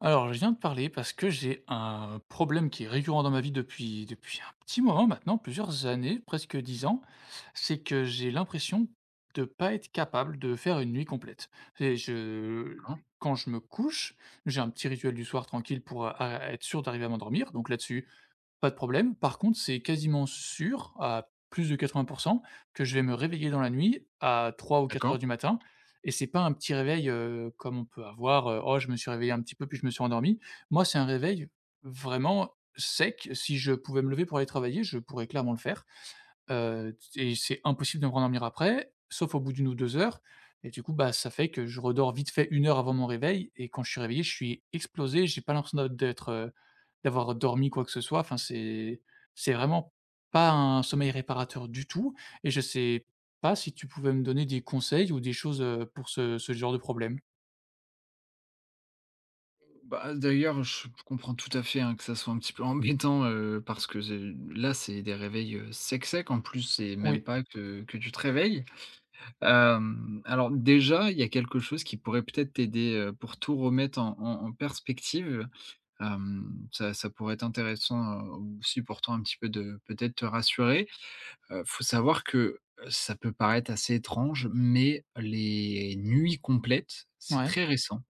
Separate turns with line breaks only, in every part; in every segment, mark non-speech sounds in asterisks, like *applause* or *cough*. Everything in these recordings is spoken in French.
Alors, je viens de parler parce que j'ai un problème qui est récurrent dans ma vie depuis un petit moment maintenant, plusieurs années, presque 10 ans. C'est que j'ai l'impression de pas être capable de faire une nuit complète. Et je
Hein,
Quand je me couche, j'ai un petit rituel du soir tranquille pour, a être sûr d'arriver à m'endormir, donc là-dessus, pas de problème. Par contre, c'est quasiment sûr, à plus de 80 que je vais me réveiller dans la nuit à trois ou quatre
d'accord.
heures du matin, et c'est pas un petit réveil, comme on peut avoir, «Oh, je me suis réveillé un petit peu, puis je me suis endormi». Moi, c'est un réveil vraiment sec. Si je pouvais me lever pour aller travailler, je pourrais clairement le faire. Heu, et c'est impossible de me rendormir après, sauf au bout d'1 ou 2 heures, et du coup, bah, ça fait que je redors vite fait 1 heure avant mon réveil, et quand je suis réveillé, je suis explosé, j'ai pas l'impression d'avoir dormi quoi que ce soit. Enfin, c'est vraiment pas un sommeil réparateur du tout, et je sais pas si tu pouvais me donner des conseils ou des choses, pour ce genre de problème?
Bah, d'ailleurs, je comprends tout à fait, hein, que ça soit un petit peu embêtant, parce que ze là, c'est des réveils, secs. En plus, c'est même
Oui.
pas que tu te réveilles. Alors déjà, il y a quelque chose qui pourrait peut-être t'aider, pour tout remettre en perspective. Ça pourrait être intéressant, aussi pour toi un petit peu de peut-être te rassurer. Faut savoir que, ça peut paraître assez étrange, mais les nuits complètes, c'est
Ouais.
très récent.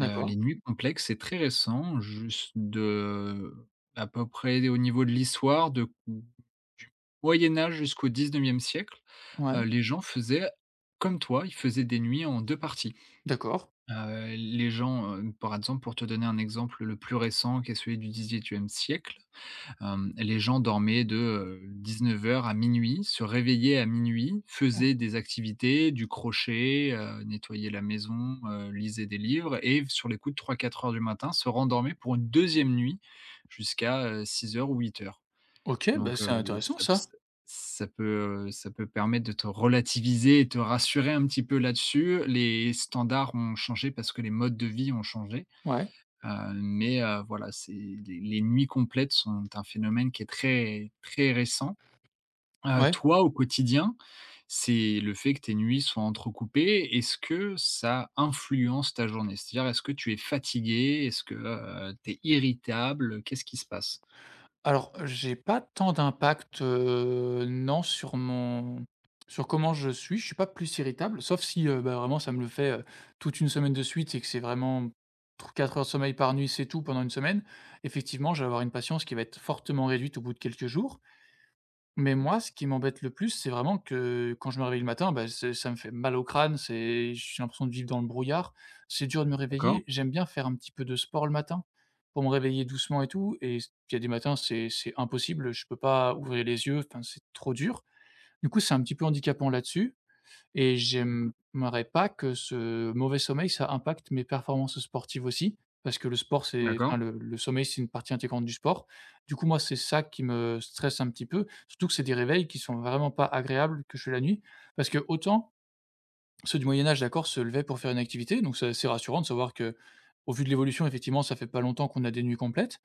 Les nuits complexes, c'est très récent, juste de à peu près au niveau de l'histoire de du Moyen Âge jusqu'au 19e siècle,
Ouais.
les gens faisaient comme toi, ils faisaient des nuits en 2 parties.
D'accord.
Les gens, par exemple, pour te donner un exemple le plus récent qui est celui du 18e siècle, les gens dormaient de, heures à minuit, se réveillaient à minuit,
O
faisaient des activités, du crochet, nettoyaient la maison, lisaient des livres et sur les coups de trois-quatre heures du matin, se rendormaient pour une deuxième nuit jusqu'à, six heures ou huit heures.
OK, bah,
Donc
c'est intéressant
ça
ça.
ça ça peut permettre de te relativiser et te rassurer un petit peu là-dessus. Les standards ont changé parce que les modes de vie ont changé.
Ouais.
Mais voilà, c'est les nuits complètes sont un phénomène qui est très, très récent.
Ouais.
Toi, au quotidien, c'est le fait que tes nuits soient entrecoupées, est-ce que ça influence ta journée? C'est-à-dire, est-ce que tu es fatigué? Est-ce que, tu es irritable? Qu'est-ce qui se passe?
Alors, j'ai pas tant d'impact, non, sur comment je suis. Je suis pas plus irritable, sauf si, bah, vraiment ça me le fait, toute une semaine de suite et que c'est vraiment tr 4 heures de sommeil par nuit, c'est tout pendant une semaine. Effectivement, je vais avoir une patience qui va être fortement réduite au bout de quelques jours. Mais moi, ce qui m'embête le plus, c'est vraiment que quand je me réveille le matin, bah, c'est ça me fait mal au crâne, c'est j'ai l'impression de vivre dans le brouillard. C'est dur de me
D'accord.
réveiller. J'aime bien faire un petit peu de sport le matin pour me réveiller doucement et tout. Et s il y a des matins, c'est impossible, je peux pas ouvrir les yeux, enfin, c'est trop dur. Du coup, c'est un petit peu handicapant là-dessus. Et
Mmh.
j'aimerais pas que ce mauvais sommeil, ça impacte mes performances sportives aussi, parce que le sport, c'est enfin
D'accord,
le sommeil, c'est une partie intégrante du sport. Du coup, moi, c'est ça qui me stresse un petit peu, surtout que c'est des réveils qui sont vraiment pas agréables que je fais la nuit. Parce que autant ceux du Moyen Âge, d'accord, se levaient pour faire une activité, donc c'est assez rassurant de savoir que au vu de l'évolution, effectivement, ça fait pas longtemps qu'on a des nuits complètes.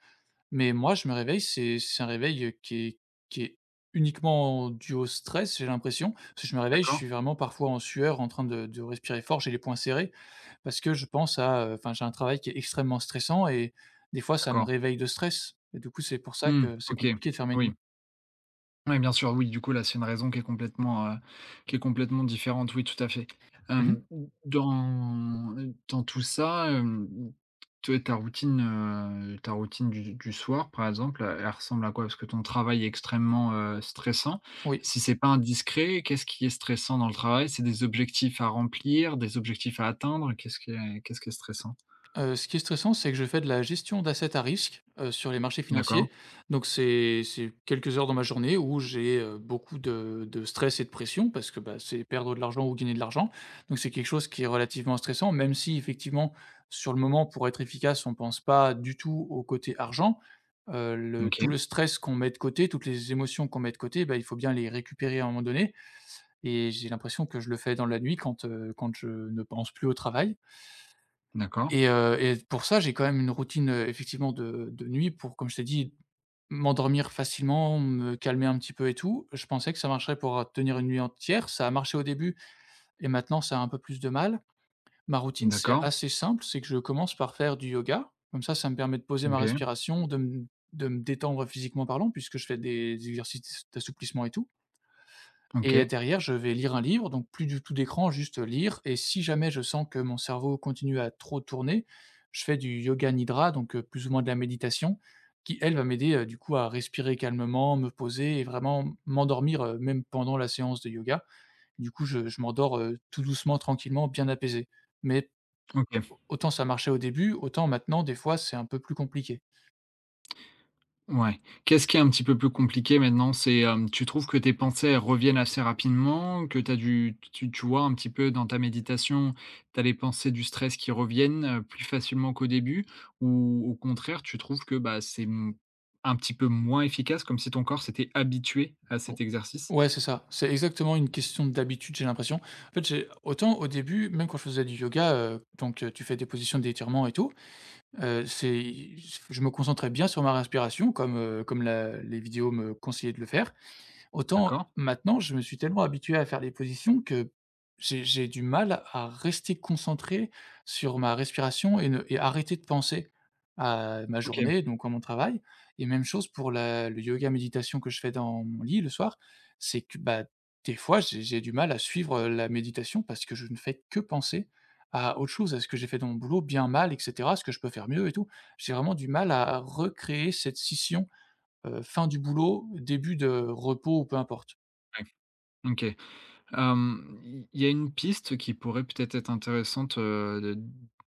Mais moi, je me réveille, c'est un réveil, qui est uniquement dû au stress, j'ai l'impression. Parce que je me réveille, je
d'accord,
suis vraiment parfois en sueur, en train de respirer fort, j'ai les poings serrés parce que je pense à, enfin, j'ai un travail qui est extrêmement stressant, et des fois, ça me
d'accord.
réveille de stress et du coup, c'est pour ça
Mmh,
que c'est
OK,
compliqué de faire mes
oui.
nuits.
Oui, bien sûr, oui, du coup, là, c'est une raison qui est complètement différente, oui, tout à fait.
Mmh.
Hem, Dans dans tout ça, toi, ta routine du soir, par exemple, elle ressemble à quoi? Parce que ton travail est extrêmement, stressant.
Oui.
Si c'est pas indiscret, qu'est-ce qui est stressant dans le travail? C'est des objectifs à remplir, des objectifs à atteindre? Qu'est-ce qui est stressant?
Ce qui est stressant, c'est que je fais de la gestion d'assets à risque, sur les marchés
D'accord,
financiers. Donc c'est quelques heures dans ma journée où j'ai, beaucoup de stress et de pression parce que, bah, c'est perdre de l'argent ou gagner de l'argent. Donc c'est quelque chose qui est relativement stressant, même si effectivement, sur le moment, pour être efficace, on ne pense pas du tout au côté argent. Le
OK,
Tout le stress qu'on met de côté, toutes les émotions qu'on met de côté, bah, il faut bien les récupérer à un moment donné, et j'ai l'impression que je le fais dans la nuit quand je ne pense plus au travail.
d'accord,
Et pour ça, j'ai quand même une routine, effectivement de nuit pour, comme je t'ai dit, m'endormir facilement, me calmer un petit peu et tout. Je pensais que ça marcherait pour tenir une nuit entière. Ça a marché au début et maintenant ça a un peu plus de mal. Ma routine, c'est
d'accord,
assez simple, c'est que je commence par faire du yoga. Comme ça me permet de poser ma
OK,
respiration, de me détendre physiquement parlant puisque je fais des exercices d'assouplissement et tout. Et
OK,
derrière, je vais lire un livre, donc plus du tout d'écran, juste lire. Et si jamais je sens que mon cerveau continue à trop tourner, je fais du yoga nidra, donc plus ou moins de la méditation, qui elle va m'aider, du coup à respirer calmement, me poser et vraiment m'endormir, même pendant la séance de yoga. Du coup, je m'endors, tout doucement, tranquillement, bien apaisé. Mais
OK.
autant ça marchait au début, autant maintenant des fois c'est un peu plus compliqué.
Ouais. Qu'est-ce qui est un petit peu plus compliqué maintenant? C'est, tu trouves que tes pensées, elles reviennent assez rapidement, que t'as du tu vois un petit peu dans ta méditation, tu as les pensées du stress qui reviennent, plus facilement qu'au début? Ou au contraire, tu trouves que, bah, c'est un petit peu moins efficace, comme si ton corps s'était habitué à cet exercice?
Ouais, c'est ça. C'est exactement une question d'habitude, j'ai l'impression. En fait, j'ai autant au début, même quand je faisais du yoga, donc tu fais des positions d'étirement et tout, c'est je me concentrais bien sur ma respiration comme la les vidéos me conseillaient de le faire. Autant
D'accord.
maintenant, je me suis tellement habitué à faire des positions que j'ai du mal à rester concentré sur ma respiration et ne et arrêter de penser à ma
OK,
journée, donc à mon travail. Et même chose pour la le yoga méditation que je fais dans mon lit le soir, c'est que, bah, des fois, j'ai du mal à suivre la méditation parce que je ne fais que penser à autre chose, à ce que j'ai fait dans mon boulot, bien, mal et cetera, ce que je peux faire mieux et tout. J'ai vraiment du mal à recréer cette scission, fin du boulot, début de repos ou peu importe.
ouais, OK. Il y a une piste qui pourrait peut-être être intéressante, de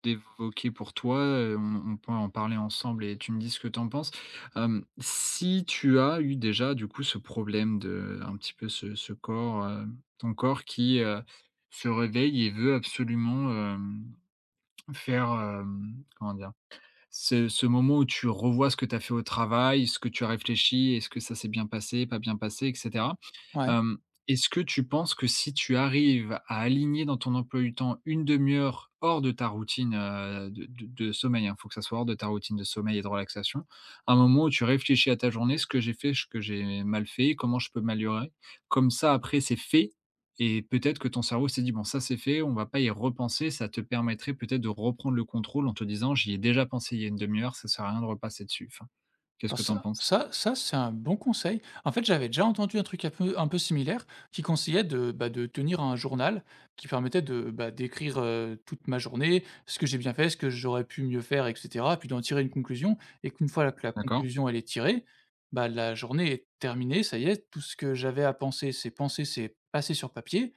d'évoquer pour toi, on peut en parler ensemble et tu me dis ce que tu en penses. Si tu as eu déjà du coup ce problème de un petit peu ce corps, ton corps qui, se réveille et veut absolument, faire, comment dire? Ce moment où tu revois ce que tu as fait au travail, ce que tu as réfléchi, est-ce que ça s'est bien passé, pas bien passé et cetera.
Ouais.
Hem, Est-ce que tu penses que si tu arrives à aligner dans ton emploi du temps une demi heure hors de ta routine, de de sommeil, il faut que ça soit hors de ta routine de sommeil et de relaxation, un moment où tu réfléchis à ta journée: «Ce que j'ai fait, ce que j'ai mal fait, comment je peux m'améliorer?» Comme ça après c'est fait et peut-être que ton cerveau s'est dit: «Bon, ça, c'est fait, on va pas y repenser». Ça te permettrait peut-être de reprendre le contrôle en te disant: «J'y ai déjà pensé il y a une demi heure, ça sert à rien de repasser dessus». Enfin, qu'est-ce
Alors
que tu en
ça
penses?
ça ça, c'est un bon conseil. En fait, j'avais déjà entendu un truc un peu similaire qui conseillait bah, de tenir un journal qui permettait bah, d'écrire, toute ma journée, ce que j'ai bien fait, ce que j'aurais pu mieux faire et cetera, puis d'en tirer une conclusion, et qu'une fois que la
D'accord.
conclusion, elle est tirée, bah, la journée est terminée, ça y est, tout ce que j'avais à penser, c'est pensé, c'est passé sur papier.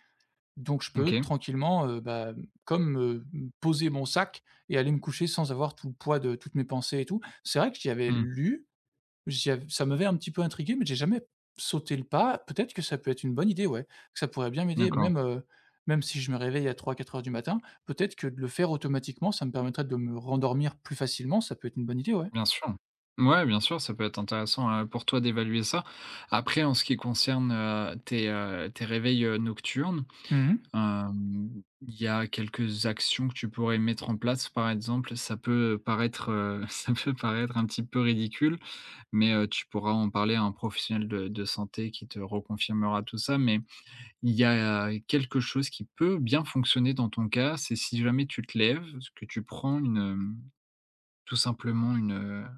Donc je peux
OK.
tranquillement, bah, comme, heu, poser mon sac et aller me coucher sans avoir tout le poids de toutes mes pensées et tout. C'est vrai que j'y avais
Mmh,
lu, j'y av ça m'avait un petit peu intrigué, mais j'ai jamais sauté le pas. Peut-être que ça peut être une bonne idée, ouais. Que Ça pourrait bien m'aider,
d'accord.
même si je me réveille à 3 4 heures du matin, peut-être que de le faire automatiquement, ça me permettrait de me rendormir plus facilement, ça peut être une bonne idée, ouais.
Bien sûr. Ouais, bien sûr, ça peut être intéressant, pour toi d'évaluer ça. Après en ce qui concerne, tes, tes réveils, nocturnes.
Mmh.
Il y a quelques actions que tu pourrais mettre en place, par exemple, ça peut paraître, *laughs* ça peut paraître un petit peu ridicule, mais tu pourras en parler à un professionnel de santé qui te reconfirmera tout ça, mais il y a quelque chose qui peut bien fonctionner dans ton cas, c'est si jamais tu te lèves, que tu prends tout simplement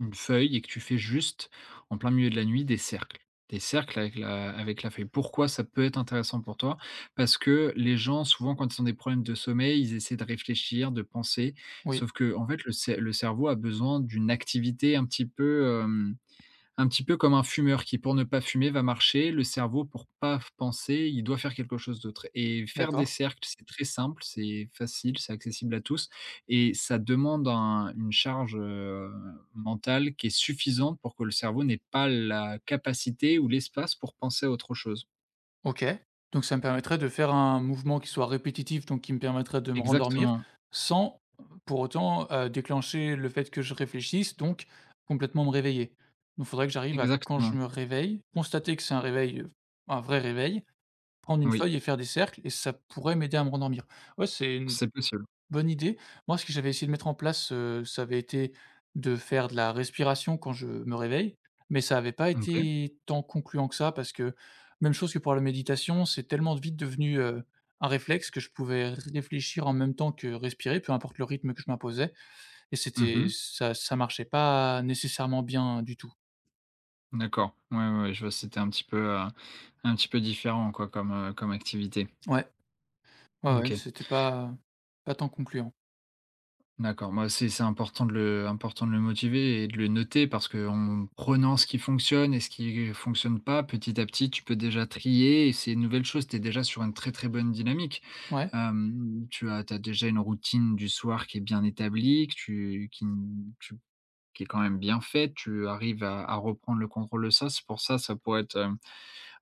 une feuille et que tu fais juste, en plein milieu de la nuit, des cercles. Des cercles avec la feuille. Pourquoi ça peut être intéressant pour toi? Parce que les gens, souvent, quand ils ont des problèmes de sommeil, ils essaient de réfléchir, de penser,
Oui,
sauf que en fait, le cerveau a besoin d'une activité un petit peu, un petit peu comme un fumeur qui, pour ne pas fumer, va marcher, le cerveau pour pas penser, il doit faire quelque chose d'autre et faire des
d'accord.
cercles, c'est très simple, c'est facile, c'est accessible à tous et ça demande un une charge, mentale qui est suffisante pour que le cerveau n'ait pas la capacité ou l'espace pour penser à autre chose.
OK, donc ça me permettrait de faire un mouvement qui soit répétitif, donc qui me permettrait de me rendormir
Exactement,
sans pour autant, déclencher le fait que je réfléchisse, donc complètement me réveiller. Donc il faudrait que j'arrive à, quand je
exactement,
me réveille, constater que c'est un réveil, un vrai réveil, prendre une
oui,
feuille et faire des cercles, et ça pourrait m'aider à me rendormir. Ouais, c'est une
c'est possible.
bonne idée. Moi, ce que j'avais essayé de mettre en place, ça avait été de faire de la respiration quand je me réveille, mais ça n'avait pas
OK.
été tant concluant que ça parce que, même chose que pour la méditation, c'est tellement vite devenu, un réflexe, que je pouvais réfléchir en même temps que respirer, peu importe le rythme que je m'imposais, et c'était
Mmh.
ça ça marchait pas nécessairement bien du tout.
D'accord. Ouais, ouais, ouais, je vois, c'était un petit peu différent quoi comme, comme activité.
Ouais, ouais, ouais,
OK.
c'était pas tant concluant.
D'accord, moi, c'est important de le motiver et de le noter parce que en prenant ce qui fonctionne et ce qui fonctionne pas, petit à petit, tu peux déjà trier et c'est une nouvelle chose. Tu es déjà sur une très, très bonne dynamique.
Ouais,
Tu as T'as déjà une routine du soir qui est bien établie, que tu qui n tu qui est quand même bien faite. Tu arrives à reprendre le contrôle de ça. C'est pour ça, ça pourrait être,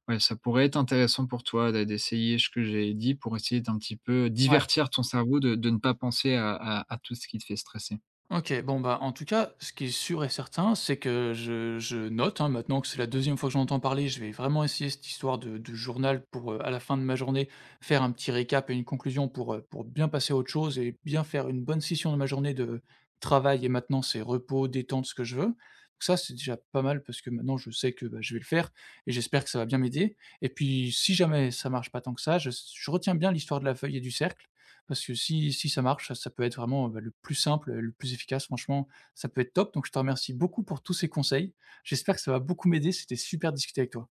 ouais, ça pourrait être intéressant pour toi d'essayer ce que j'ai dit pour essayer d'un petit peu
ouais.
divertir ton cerveau de ne pas penser à tout ce qui te fait stresser.
OK, bon, bah, en tout cas, ce qui est sûr et certain, c'est que je note, hein, maintenant que c'est la deuxième fois que j'en entends parler, je vais vraiment essayer cette histoire de journal pour, à la fin de ma journée, faire un petit récap et une conclusion pour bien passer à autre chose et bien faire une bonne scission de ma journée de travail, et maintenant c'est repos, détente, ce que je veux. Donc ça, c'est déjà pas mal parce que maintenant je sais que, bah, je vais le faire et j'espère que ça va bien m'aider, et puis si jamais ça marche pas tant que ça, je retiens bien l'histoire de la feuille et du cercle parce que si ça marche, ça peut être vraiment, bah, le plus simple, le plus efficace. Franchement, ça peut être top. Donc je te remercie beaucoup pour tous ces conseils. J'espère que ça va beaucoup m'aider. C'était super de discuter avec toi.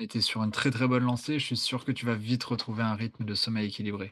Et tu sur une très très bonne lancée, je suis sûr que tu vas vite retrouver un rythme de sommeil équilibré.